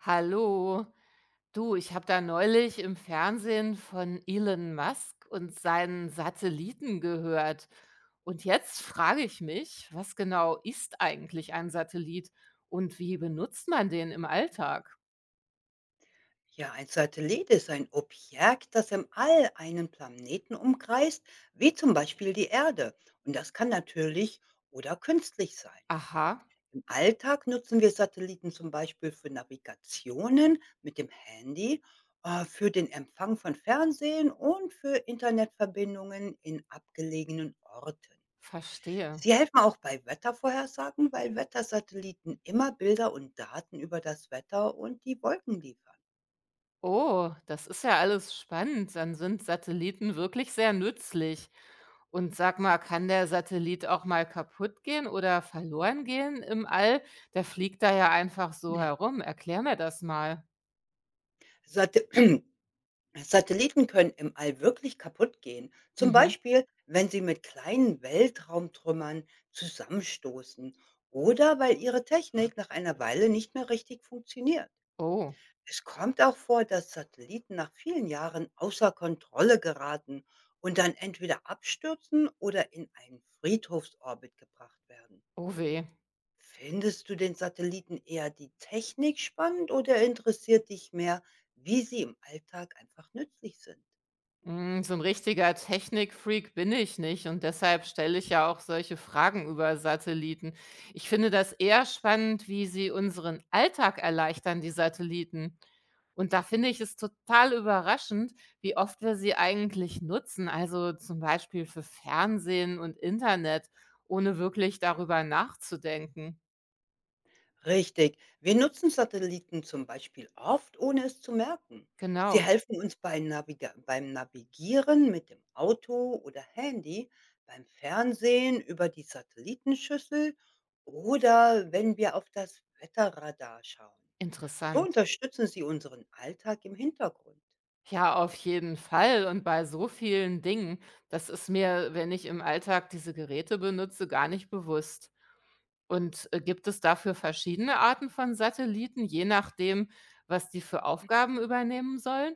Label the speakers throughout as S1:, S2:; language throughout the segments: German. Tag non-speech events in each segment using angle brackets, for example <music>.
S1: Hallo, du, ich habe da neulich im Fernsehen von Elon Musk und seinen Satelliten gehört. Und jetzt frage ich mich, was genau ist eigentlich ein Satellit und wie benutzt man den im Alltag?
S2: Ja, ein Satellit ist ein Objekt, das im All einen Planeten umkreist, wie zum Beispiel die Erde. Und das kann natürlich oder künstlich sein.
S1: Aha,
S2: Im Alltag nutzen wir Satelliten zum Beispiel für Navigationen mit dem Handy, für den Empfang von Fernsehen und für Internetverbindungen in abgelegenen Orten.
S1: verstehe.
S2: Sie helfen auch bei Wettervorhersagen, weil Wettersatelliten immer Bilder und Daten über das Wetter und die Wolken liefern.
S1: Oh, das ist ja alles spannend. Dann sind Satelliten wirklich sehr nützlich. Und sag mal, kann der Satellit auch mal kaputt gehen oder verloren gehen im All? Der fliegt da ja einfach so herum. Erklär mir das mal.
S2: Sat <clears throat> Satelliten können im All wirklich kaputt gehen, zum
S1: Mhm.
S2: Beispiel wenn sie mit kleinen Weltraumtrümmern zusammenstoßen oder weil ihre Technik nach einer Weile nicht mehr richtig funktioniert.
S1: Oh,
S2: Es kommt auch vor, dass Satelliten nach vielen Jahren außer Kontrolle geraten und dann entweder abstürzen oder in einen Friedhofsorbit gebracht werden.
S1: oh weh.
S2: Findest du den Satelliten eher die Technik spannend oder interessiert dich mehr, wie sie im Alltag einfach nützlich sind?
S1: Hm, so ein richtiger Technikfreak bin ich nicht und deshalb stelle ich ja auch solche Fragen über Satelliten. Ich finde das eher spannend, wie sie unseren Alltag erleichtern, die Satelliten. Und da finde ich es total überraschend, wie oft wir sie eigentlich nutzen, also zum Beispiel für Fernsehen und Internet, ohne wirklich darüber nachzudenken.
S2: Richtig. Wir nutzen Satelliten zum Beispiel oft, ohne es zu merken. Sie
S1: Genau,
S2: helfen uns bei Naviga beim Navigieren mit dem Auto oder Handy, beim Fernsehen über die Satellitenschüssel oder wenn wir auf das Wetterradar schauen. So
S1: interessant.
S2: unterstützen sie unseren Alltag im Hintergrund.
S1: Ja, auf jeden Fall und bei so vielen Dingen. Das ist mir, wenn ich im Alltag diese Geräte benutze, gar nicht bewusst. Und, gibt es dafür verschiedene Arten von Satelliten, je nachdem, was die für Aufgaben übernehmen sollen?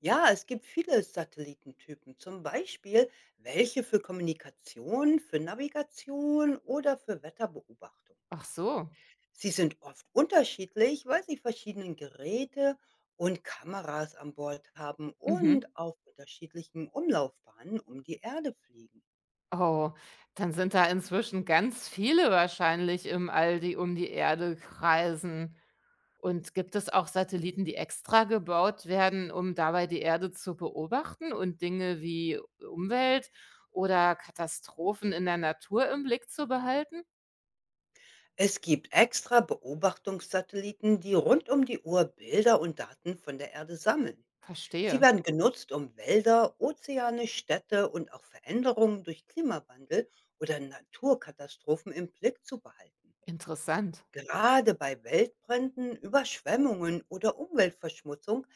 S2: Ja, es gibt viele Satellitentypen, zum Beispiel welche für Kommunikation, für Navigation oder für Wetterbeobachtung.
S1: Ach so,
S2: Sie sind oft unterschiedlich, weil sie verschiedene Geräte und Kameras an Bord haben
S1: mhm.
S2: und auf unterschiedlichen Umlaufbahnen um die Erde fliegen.
S1: Oh, dann sind da inzwischen ganz viele wahrscheinlich im All, die um die Erde kreisen. Und gibt es auch Satelliten, die extra gebaut werden, um dabei die Erde zu beobachten und Dinge wie Umwelt oder Katastrophen in der Natur im Blick zu behalten?
S2: Es gibt extra Beobachtungssatelliten, die rund um die Uhr Bilder und Daten von der Erde sammeln. Sie
S1: Verstehe.
S2: werden genutzt, um Wälder, Ozeane, Städte und auch Veränderungen durch Klimawandel oder Naturkatastrophen im Blick zu behalten.
S1: Interessant.
S2: Gerade bei Waldbränden, Überschwemmungen oder Umweltverschmutzung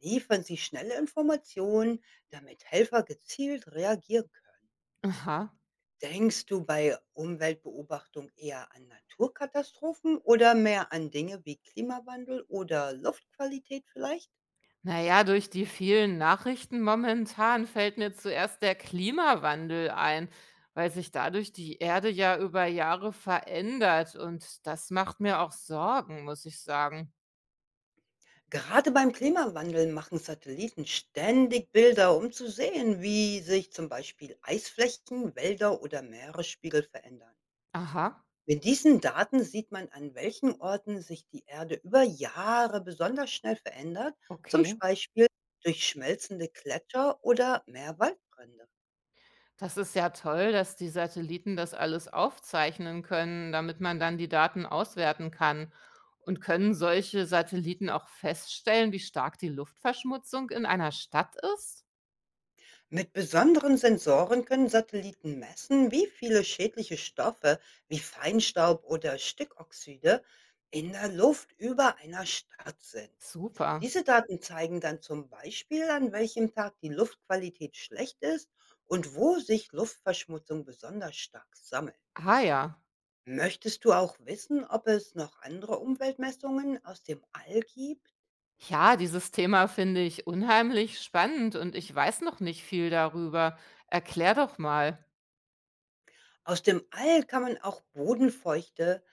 S2: liefern sie schnelle Informationen, damit Helfer gezielt reagieren können.
S1: Aha.
S2: Denkst du bei Umweltbeobachtung eher an Naturkatastrophen oder mehr an Dinge wie Klimawandel oder Luftqualität vielleicht?
S1: Naja, durch die vielen Nachrichten momentan fällt mir zuerst der Klimawandel ein, weil sich dadurch die Erde ja über Jahre verändert und das macht mir auch Sorgen, muss ich sagen.
S2: Gerade beim Klimawandel machen Satelliten ständig Bilder, um zu sehen, wie sich zum Beispiel Eisflächen, Wälder oder Meeresspiegel verändern.
S1: Aha,
S2: Mit diesen Daten sieht man, an welchen Orten sich die Erde über Jahre besonders schnell verändert, zum
S1: okay.
S2: Beispiel durch schmelzende Gletscher oder mehr Waldbrände.
S1: Das ist ja toll, dass die Satelliten das alles aufzeichnen können, damit man dann die Daten auswerten kann. Und können solche Satelliten auch feststellen, wie stark die Luftverschmutzung in einer Stadt ist?
S2: Mit besonderen Sensoren können Satelliten messen, wie viele schädliche Stoffe wie Feinstaub oder Stickoxide in der Luft über einer Stadt sind.
S1: Super.
S2: Diese Daten zeigen dann zum Beispiel, an welchem Tag die Luftqualität schlecht ist und wo sich Luftverschmutzung besonders stark sammelt.
S1: Ah ja.
S2: Möchtest du auch wissen, ob es noch andere Umweltmessungen aus dem All gibt?
S1: Ja, dieses Thema finde ich unheimlich spannend und ich weiß noch nicht viel darüber. Erklär doch mal.
S2: Aus dem All kann man auch Bodenfeuchte,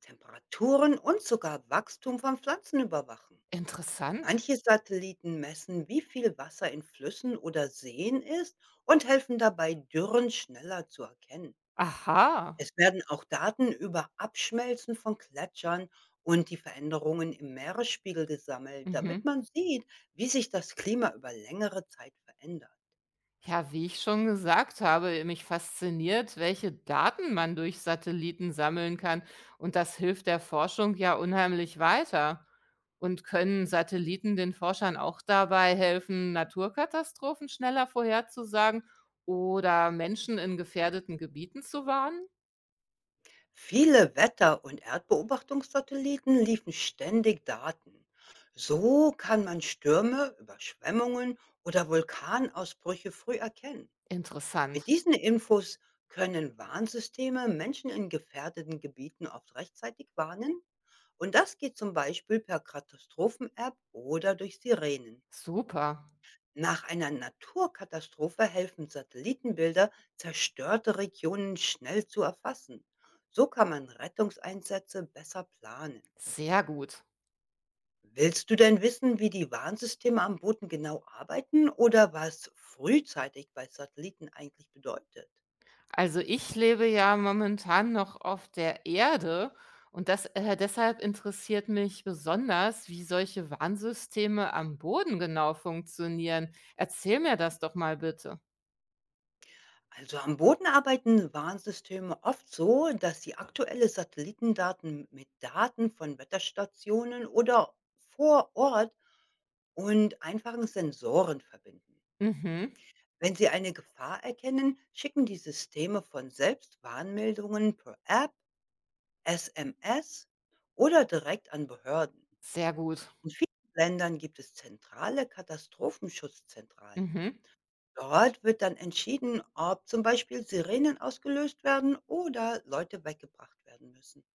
S2: Temperaturen und sogar Wachstum von Pflanzen überwachen.
S1: Interessant.
S2: Manche Satelliten messen, wie viel Wasser in Flüssen oder Seen ist und helfen dabei, Dürren schneller zu erkennen.
S1: Aha.
S2: Es werden auch Daten über Abschmelzen von Gletschern und die Veränderungen im Meeresspiegel gesammelt, damit
S1: Mhm.
S2: man sieht, wie sich das Klima über längere Zeit verändert.
S1: Ja, wie ich schon gesagt habe, mich fasziniert, welche Daten man durch Satelliten sammeln kann. Und das hilft der Forschung ja unheimlich weiter. Und können Satelliten den Forschern auch dabei helfen, Naturkatastrophen schneller vorherzusagen oder Menschen in gefährdeten Gebieten zu warnen?
S2: Viele Wetter- und Erdbeobachtungssatelliten liefen ständig Daten. So kann man Stürme, Überschwemmungen oder Vulkanausbrüche früh erkennen. Mit
S1: Interessant.
S2: diesen Infos können Warnsysteme Menschen in gefährdeten Gebieten oft rechtzeitig warnen. Und das geht zum Beispiel per Katastrophen-App oder durch Sirenen.
S1: Super,
S2: Nach einer Naturkatastrophe helfen Satellitenbilder, zerstörte Regionen schnell zu erfassen. So kann man Rettungseinsätze besser planen.
S1: sehr gut.
S2: Willst du denn wissen, wie die Warnsysteme am Boden genau arbeiten oder was frühzeitig bei Satelliten eigentlich bedeutet?
S1: Also ich lebe ja momentan noch auf der Erde und das, deshalb interessiert mich besonders, wie solche Warnsysteme am Boden genau funktionieren. Erzähl mir das doch mal bitte.
S2: Also am Boden arbeiten Warnsysteme oft so, dass sie aktuelle Satellitendaten mit Daten von Wetterstationen oder vor Ort und einfachen Sensoren verbinden.
S1: Mhm,
S2: Wenn sie eine Gefahr erkennen, schicken die Systeme von selbst Warnmeldungen per App, SMS oder direkt an Behörden.
S1: sehr gut.
S2: In vielen Ländern gibt es zentrale Katastrophenschutzzentralen.
S1: Mhm.
S2: Dort wird dann entschieden, ob zum Beispiel Sirenen ausgelöst werden oder Leute weggebracht werden müssen.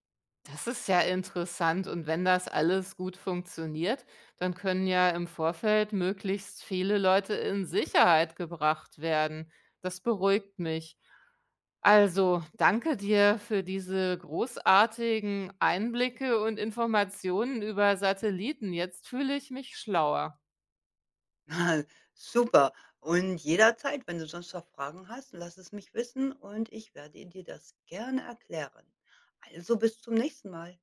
S1: Das ist ja interessant. Und wenn das alles gut funktioniert, dann können ja im Vorfeld möglichst viele Leute in Sicherheit gebracht werden. Das beruhigt mich. Also, danke dir für diese großartigen Einblicke und Informationen über Satelliten. Jetzt fühle ich mich schlauer.
S2: <laughs> Super. Und jederzeit, wenn du sonst noch Fragen hast, lass es mich wissen und ich werde dir das gerne erklären. Also bis zum nächsten Mal.